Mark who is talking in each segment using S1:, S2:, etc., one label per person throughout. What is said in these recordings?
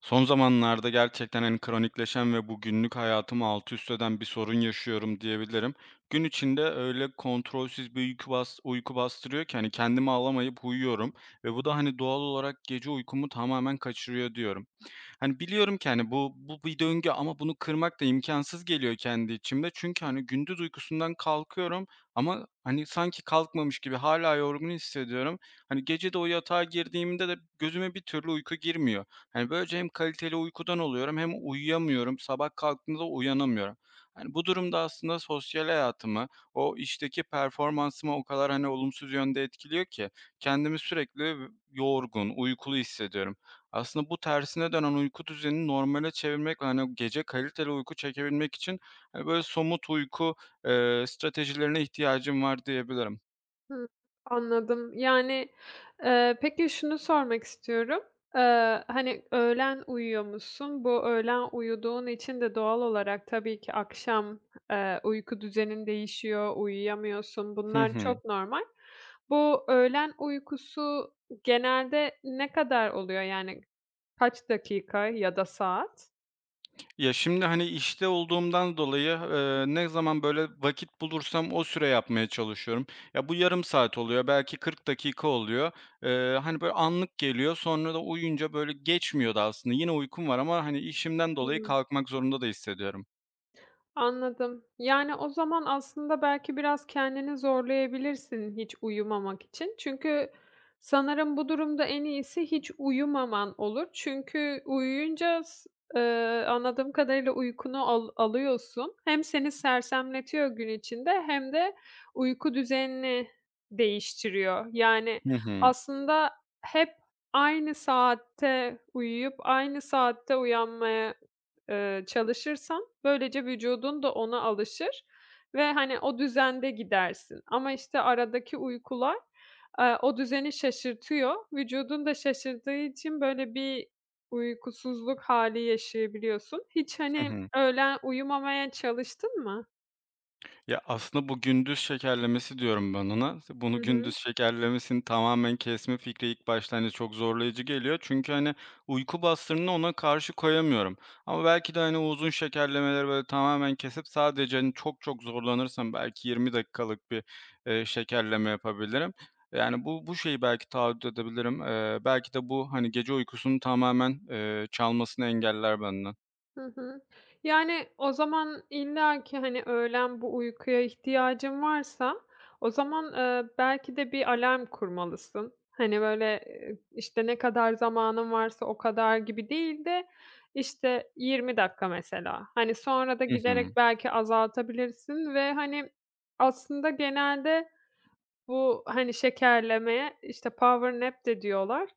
S1: Son zamanlarda gerçekten, en kronikleşen ve bu günlük hayatımı altüst eden bir sorun yaşıyorum diyebilirim. Gün içinde öyle kontrolsüz bir uyku bastırıyor ki, hani, kendimi alamayıp uyuyorum ve bu da, hani, doğal olarak gece uykumu tamamen kaçırıyor diyorum. Hani, biliyorum ki, hani, bu bir döngü ama bunu kırmak da imkansız geliyor kendi içimde. Çünkü, hani, gündüz uykusundan kalkıyorum ama, hani, sanki kalkmamış gibi hala yorgun hissediyorum. Hani, gece de o yatağa girdiğimde de gözüme bir türlü uyku girmiyor. Hani, böylece hem kaliteli uykudan oluyorum hem uyuyamıyorum, sabah kalktığımda uyanamıyorum. Hani, bu durumda aslında sosyal hayatımı, o işteki performansımı o kadar, hani, olumsuz yönde etkiliyor ki kendimi sürekli yorgun, uykulu hissediyorum. Aslında bu tersine dönen uyku düzenini normale çevirmek ve, hani, o gece kaliteli uyku çekebilmek için, hani, böyle somut uyku, stratejilerine ihtiyacım var diyebilirim.
S2: Hıı, Anladım. Yani, peki şunu sormak istiyorum. Hani, öğlen uyuyormuşsun. Bu öğlen uyuduğun için de doğal olarak tabii ki akşam, uyku düzenin değişiyor, uyuyamıyorsun.
S1: Hı
S2: Bunlar
S1: hı.
S2: çok normal. Bu öğlen uykusu genelde ne kadar oluyor? Yani kaç dakika ya da saat?
S1: Ya, şimdi, hani, işte olduğumdan dolayı, ne zaman böyle vakit bulursam o süre yapmaya çalışıyorum. Ya, bu yarım saat oluyor, belki 40 dakika oluyor. Hani, böyle anlık geliyor, sonra da uyuyunca böyle geçmiyor da aslında. Yine uykum var ama, hani, işimden dolayı
S2: Hıı.
S1: kalkmak zorunda da hissediyorum.
S2: Anladım. Yani, o zaman aslında belki biraz kendini zorlayabilirsin hiç uyumamak için. Çünkü sanırım bu durumda en iyisi hiç uyumaman olur. Çünkü uyuyunca s anladığım kadarıyla uykunu alıyorsun. Hem seni sersemletiyor gün içinde hem de uyku düzenini değiştiriyor. Yani,
S1: Hı hı.
S2: aslında hep aynı saatte uyuyup aynı saatte uyanmaya çalışırsan böylece vücudun da ona alışır ve, hani, o düzende gidersin ama, işte, aradaki uykular, o düzeni şaşırtıyor. Vücudun da şaşırdığı için böyle bir uykusuzluk hâli yaşayabiliyorsun. Hiç,
S1: Hı
S2: hani,
S1: hı.
S2: öğlen uyumamaya çalıştın mı?
S1: Ya, aslında bu gündüz şekerlemesi diyorum ben ona.
S2: Hı
S1: Bunu gündüz
S2: hı.
S1: şekerlemesini tamamen kesme fikri ilk başta, hani, çok zorlayıcı geliyor. Çünkü, hani, uyku bastırını ona karşı koyamıyorum. Ama belki de, hani, o uzun şekerlemeleri, böyle, tamamen kesip sadece, hani, çok çok zorlanırsam belki 20 dakikalık bir, şekerleme yapabilirim. Yani, bu şeyi belki taahhüt edebilirim. Belki de bu, hani, gece uykusunu tamamen, çalmasını engeller benden.
S2: Hı hı. Yani, o zaman illa ki hani, öğlen bu uykuya ihtiyacın varsa o zaman, belki de bir alarm kurmalısın. Hani, böyle, işte, ne kadar zamanın varsa o kadar gibi değil de, işte, 20 dakika mesela. Hani, sonra da
S1: Hı hı.
S2: giderek belki azaltabilirsin ve, hani, aslında genelde bu, hani, şekerlemeye, işte, power nap de diyorlar.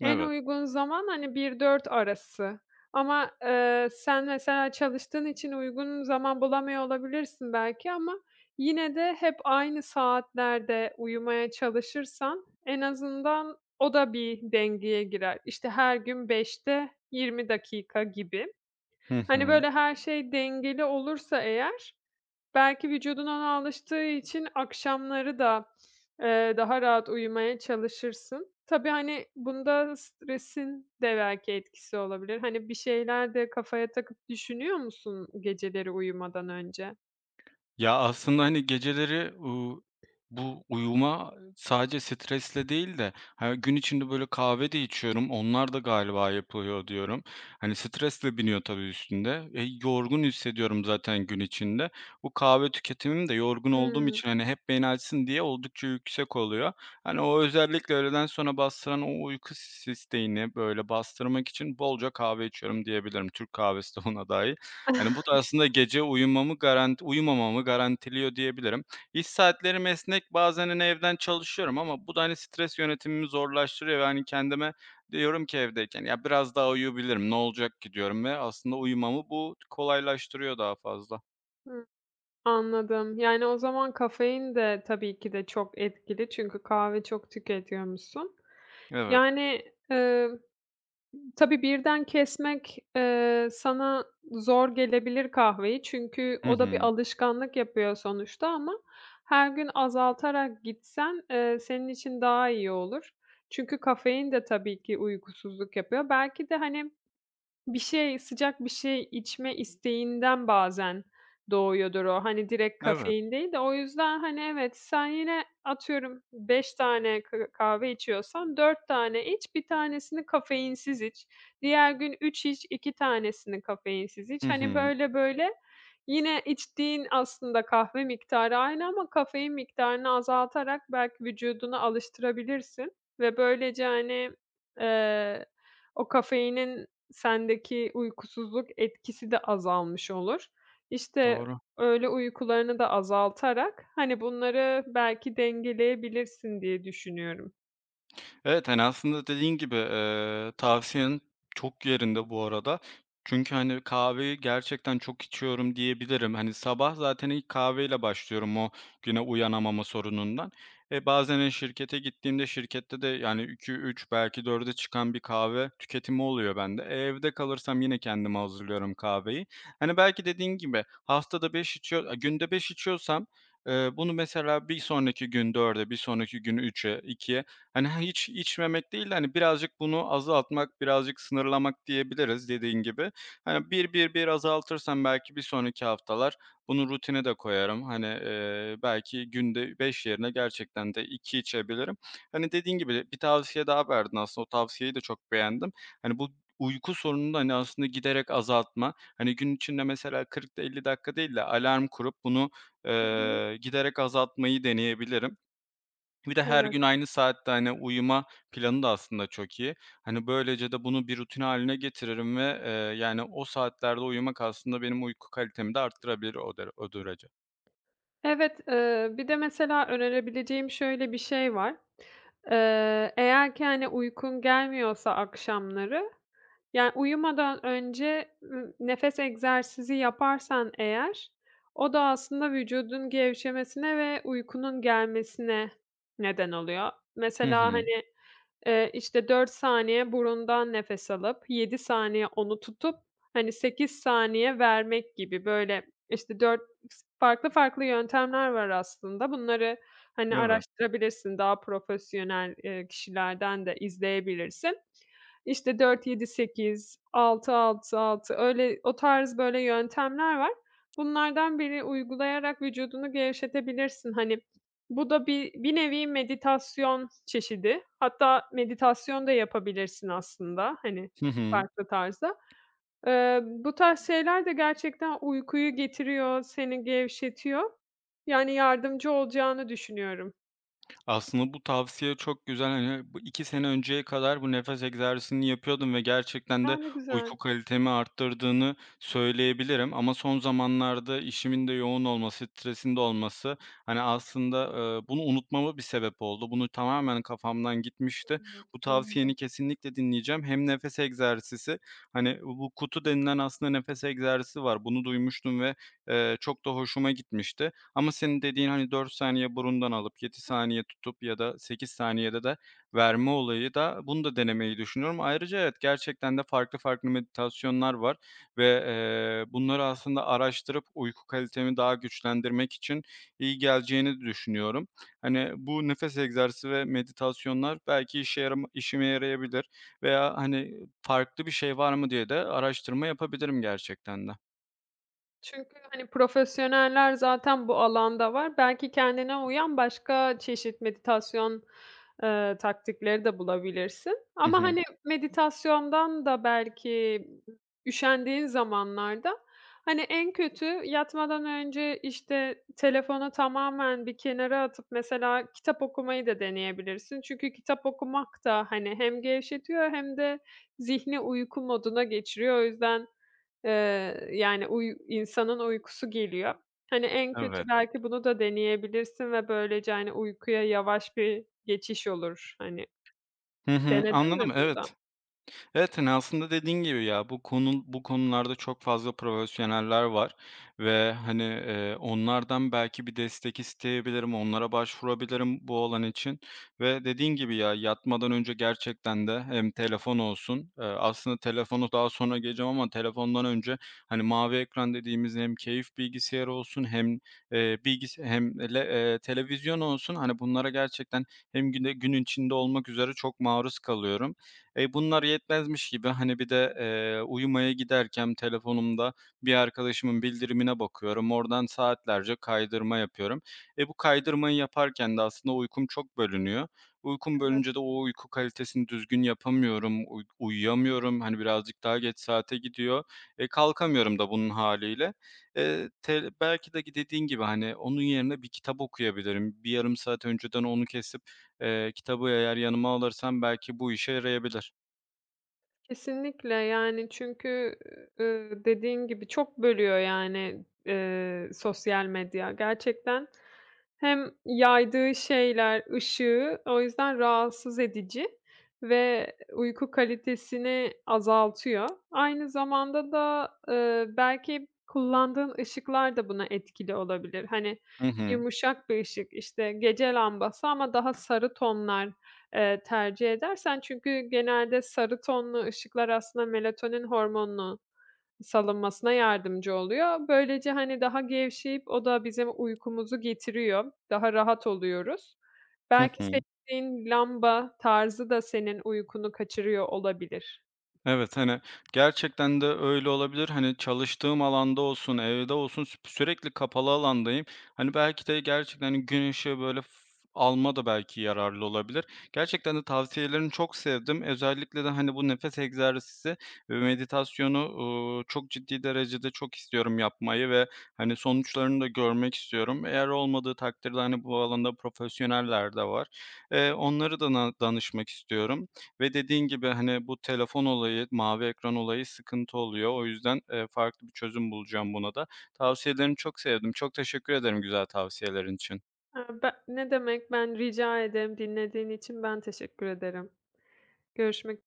S2: En
S1: Evet.
S2: uygun zaman, hani, bir dört arası ama, sen mesela çalıştığın için uygun zaman bulamıyor olabilirsin belki ama yine de hep aynı saatlerde uyumaya çalışırsan en azından o da bir dengeye girer. İşte, her gün beşte 20 dakika gibi.
S1: Hı
S2: Hani,
S1: hı.
S2: böyle, her şey dengeli olursa eğer belki vücudun ona alıştığı için akşamları da, daha rahat uyumaya çalışırsın. Tabii, hani, bunda stresin de belki etkisi olabilir. Hani, bir şeyler de kafaya takıp düşünüyor musun geceleri uyumadan önce?
S1: Ya, aslında, hani, geceleri, bu uyuma sadece stresle değil de, ha, gün içinde böyle kahve de içiyorum, onlar da galiba yapılıyor diyorum. Hani, stresle biniyor tabii üstünde. E, yorgun hissediyorum zaten gün içinde. Bu kahve tüketimim de yorgun olduğum
S2: Hımm.
S1: için, hani, hep beni açsın diye oldukça yüksek oluyor. Hani, o özellikle öğleden sonra bastıran o uyku s isteğini, böyle, bastırmak için bolca kahve içiyorum diyebilirim. Türk kahvesi de buna dâhil. Hani, bu da aslında gece uyumamı garanti uyumamamı garantiliyor diyebilirim. İş saatlerim esnek, bazen, hani, evden çalışıyorum ama bu da, hani, stres yönetimimi zorlaştırıyor ve, hani, kendime diyorum ki evdeyken, "Ya, biraz daha uyuyabilirim, ne olacak ki?" diyorum ve aslında uyumamı bu kolaylaştırıyor daha fazla.
S2: Hı, anladım. Yani, o zaman kafein de tabii ki de çok etkili çünkü kahve çok tüketiyormuşsun.
S1: Evet.
S2: Yani, eee, tabii birden kesmek, sana zor gelebilir kahveyi çünkü
S1: Hı
S2: o da bir
S1: hı.
S2: alışkanlık yapıyor sonuçta ama her gün azaltarak gitsen, senin için daha iyi olur. Çünkü kafein de tabii ki uykusuzluk yapıyor. Belki de, hani, bir şey, sıcak bir şey içme isteğinden bazen doğuyordur o. Hani, direkt
S1: Evet.
S2: kafein değil de o yüzden, hani, evet, sen yine atıyorum 5 tane kahve içiyorsan 4 tane iç, bir tanesini kafeinsiz iç. Diğer gün 3 iç, 2 tanesini kafeinsiz
S1: Hı
S2: iç. Hani,
S1: hı.
S2: böyle böyle yine içtiğin aslında kahve miktarı aynı ama kafein miktarını azaltarak belki vücudunu alıştırabilirsin ve böylece, hani, eee, o kafeinin sendeki uykusuzluk etkisi de azalmış olur. İşte,
S1: Doğru.
S2: öğle uykularını da azaltarak, hani, bunları belki dengeleyebilirsin diye düşünüyorum.
S1: Evet, hani, aslında dediğin gibi, tavsiyen çok yerinde bu arada. Çünkü, hani, kahveyi gerçekten çok içiyorum diyebilirim. Hani, sabah zaten ilk kahveyle başlıyorum o güne uyanamama sorunundan. E, bazen, hani, şirkete gittiğimde şirkette de, yani, iki üç belki dörde çıkan bir kahve tüketimi oluyor bende. E, evde kalırsam yine kendime hazırlıyorum kahveyi. Hani, belki dediğin gibi haftada 5 içiyor günde 5 içiyorsam, bunu mesela bir sonraki gün dörde, bir sonraki gün üçe, ikiye. Hani, hiç içmemek değil de, hani, birazcık bunu azaltmak, birazcık sınırlamak diyebiliriz dediğin gibi. Hani, bir azaltırsam belki bir sonraki haftalar bunu rutine de koyarım. Hani, belki günde 5 yerine gerçekten de 2 içebilirim. Hani, dediğin gibi bir tavsiye daha verdin aslında. O tavsiyeyi de çok beğendim. Hani, bu uyku sorununu, da hani, aslında giderek azaltma, hani, gün içinde mesela 40 da 50 dakika değil de alarm kurup bunu,
S2: Hı hı.
S1: giderek azaltmayı deneyebilirim. Bir de her
S2: Evet.
S1: gün aynı saatte, hani, uyuma planı da aslında çok iyi. Hani, böylece de bunu bir rutin haline getiririm ve, yani, o saatlerde uyumak aslında benim uyku kalitemi de arttırabilir o derece.
S2: Evet, bir de mesela önerebileceğim şöyle bir şey var. Eğer ki, hani, uykun gelmiyorsa akşamları, yani, uyumadan önce, nefes egzersizi yaparsan eğer, o da aslında vücudun gevşemesine ve uykunun gelmesine neden oluyor.
S1: Hı
S2: Mesela,
S1: hı.
S2: hani, işte, 4 saniye burundan nefes alıp, 7 saniye onu tutup, hani, 8 saniye vermek gibi, böyle, işte, 4 farklı farklı yöntemler var aslında. Bunları, hani,
S1: Evet.
S2: araştırabilirsin. Daha profesyonel, kişilerden de izleyebilirsin. İşte, dört yedi sekiz altı altı altı öyle, o tarz, böyle, yöntemler var. Bunlardan biri uygulayarak vücudunu gevşetebilirsin. Hani, bu da bir nevi meditasyon çeşidi. Hatta meditasyon da yapabilirsin aslında, hani,
S1: Hı hı.
S2: farklı tarzda. Bu tarz şeyler de gerçekten uykuyu getiriyor, seni gevşetiyor. Yani yardımcı olacağını düşünüyorum.
S1: Aslında bu tavsiye çok güzel. Hani, bu 2 sene önceye kadar bu nefes egzersizini yapıyordum ve gerçekten
S2: A,
S1: de
S2: ne güzel.
S1: uyku kalitemi arttırdığını söyleyebilirim ama son zamanlarda işimin de yoğun olması, stresin de olması, hani, aslında, bunu unutmama bir sebep oldu. Bunu tamamen kafamdan gitmişti.
S2: Hı hı.
S1: Bu tavsiyeni
S2: Anladım.
S1: kesinlikle dinleyeceğim. Hem nefes egzersizi, hani, bu KUTU denilen aslında nefes egzersizi var. Bunu duymuştum ve, çok da hoşuma gitmişti. Ama senin dediğin, hani, 4 saniye burundan alıp 7 saniye tutup ya da 8 saniyede de verme olayı da bunu da denemeyi düşünüyorum. Ayrıca evet, gerçekten de farklı farklı meditasyonlar var ve, bunları aslında araştırıp uyku kalitemi daha güçlendirmek için iyi geleceğini düşünüyorum. Hani, bu nefes egzersizi ve meditasyonlar belki işe yarama işime yarayabilir veya, hani, farklı bir şey var mı diye de araştırma yapabilirim gerçekten de.
S2: Çünkü, hani, profesyoneller zaten bu alanda var. Belki kendine uyan başka çeşit meditasyon, taktikleri de bulabilirsin.
S1: Hı
S2: Ama,
S1: hı.
S2: hani, meditasyondan da belki üşendiğin zamanlarda, hani, en kötü yatmadan önce, işte, telefonu tamamen bir kenara atıp mesela kitap okumayı da deneyebilirsin. Çünkü kitap okumak da, hani, hem gevşetiyor hem de zihni uyku moduna geçiriyor. O yüzden yani, insanın uykusu geliyor. Hani, en kötü
S1: Evet.
S2: belki bunu da deneyebilirsin ve böylece, hani, uykuya yavaş bir geçiş olur. Hani,
S1: Hı hı.
S2: denedin mi
S1: Anladım,
S2: bunu da?
S1: evet. Evet, hani, aslında dediğin gibi ya, bu konularda çok fazla profesyoneller var ve, hani, onlardan belki bir destek isteyebilirim, onlara başvurabilirim bu alan için ve dediğin gibi ya, yatmadan önce gerçekten de hem telefon olsun, aslında telefonu daha sonra geleceğim ama telefondan önce, hani, mavi ekran dediğimiz hem keyif bilgisayarı olsun hem, bilgisa hem le televizyon olsun, hani, bunlara gerçekten hem günde gün içinde olmak üzere çok maruz kalıyorum. E, bunlar yetmezmiş gibi, hani, bir de, uyumaya giderken telefonumda bir arkadaşımın bildirimine bakıyorum. Oradan saatlerce kaydırma yapıyorum. E, bu kaydırmayı yaparken de aslında uykum çok bölünüyor. Uykum
S2: Evet.
S1: bölünce de o uyku kalitesini düzgün yapamıyorum, uyuyamıyorum. Hani, birazcık daha geç saate gidiyor. E, kalkamıyorum da bunun haliyle. Te Belki de dediğin gibi, hani, onun yerine bir kitap okuyabilirim. Bir yarım saat önceden onu kesip, kitabı eğer yanıma alırsam belki bu işe yarayabilir.
S2: Kesinlikle, yani, çünkü, dediğin gibi çok bölüyor, yani, sosyal medya gerçekten. Hem yaydığı şeyler, ışığı o yüzden rahatsız edici ve uyku kalitesini azaltıyor. Aynı zamanda da, belki kullandığın ışıklar da buna etkili olabilir. Hani,
S1: Hı hı.
S2: yumuşak bir ışık, işte, gece lambası ama daha sarı tonlar tercih edersen çünkü genelde sarı tonlu ışıklar aslında melatonin hormonunun salınmasına yardımcı oluyor. Böylece, hani, daha gevşeyip o da bizim uykumuzu getiriyor. Daha rahat oluyoruz.
S1: Hı
S2: Belki
S1: hı.
S2: seçtiğin lamba tarzı da senin uykunu kaçırıyor olabilir.
S1: Evet, hani, gerçekten de öyle olabilir. Hani, çalıştığım alanda olsun, evde olsun sürekli kapalı alandayım. Hani, belki de gerçekten, hani, gün ışığı, böyle, alma da belki yararlı olabilir. Gerçekten de tavsiyelerini çok sevdim. Özellikle de, hani, bu nefes egzersizi ve meditasyonu, çok ciddi derecede çok istiyorum yapmayı ve, hani, sonuçlarını da görmek istiyorum. Eğer olmadığı takdirde, hani, bu alanda profesyoneller de var. Onları da danışmak istiyorum. Ve dediğin gibi, hani, bu telefon olayı, mavi ekran olayı sıkıntı oluyor. O yüzden, farklı bir çözüm bulacağım buna da. Tavsiyelerini çok sevdim. Çok teşekkür ederim güzel tavsiyelerin için.
S2: Aaa, be ne demek, ben rica ederim. Dinlediğin için ben teşekkür ederim. Görüşmek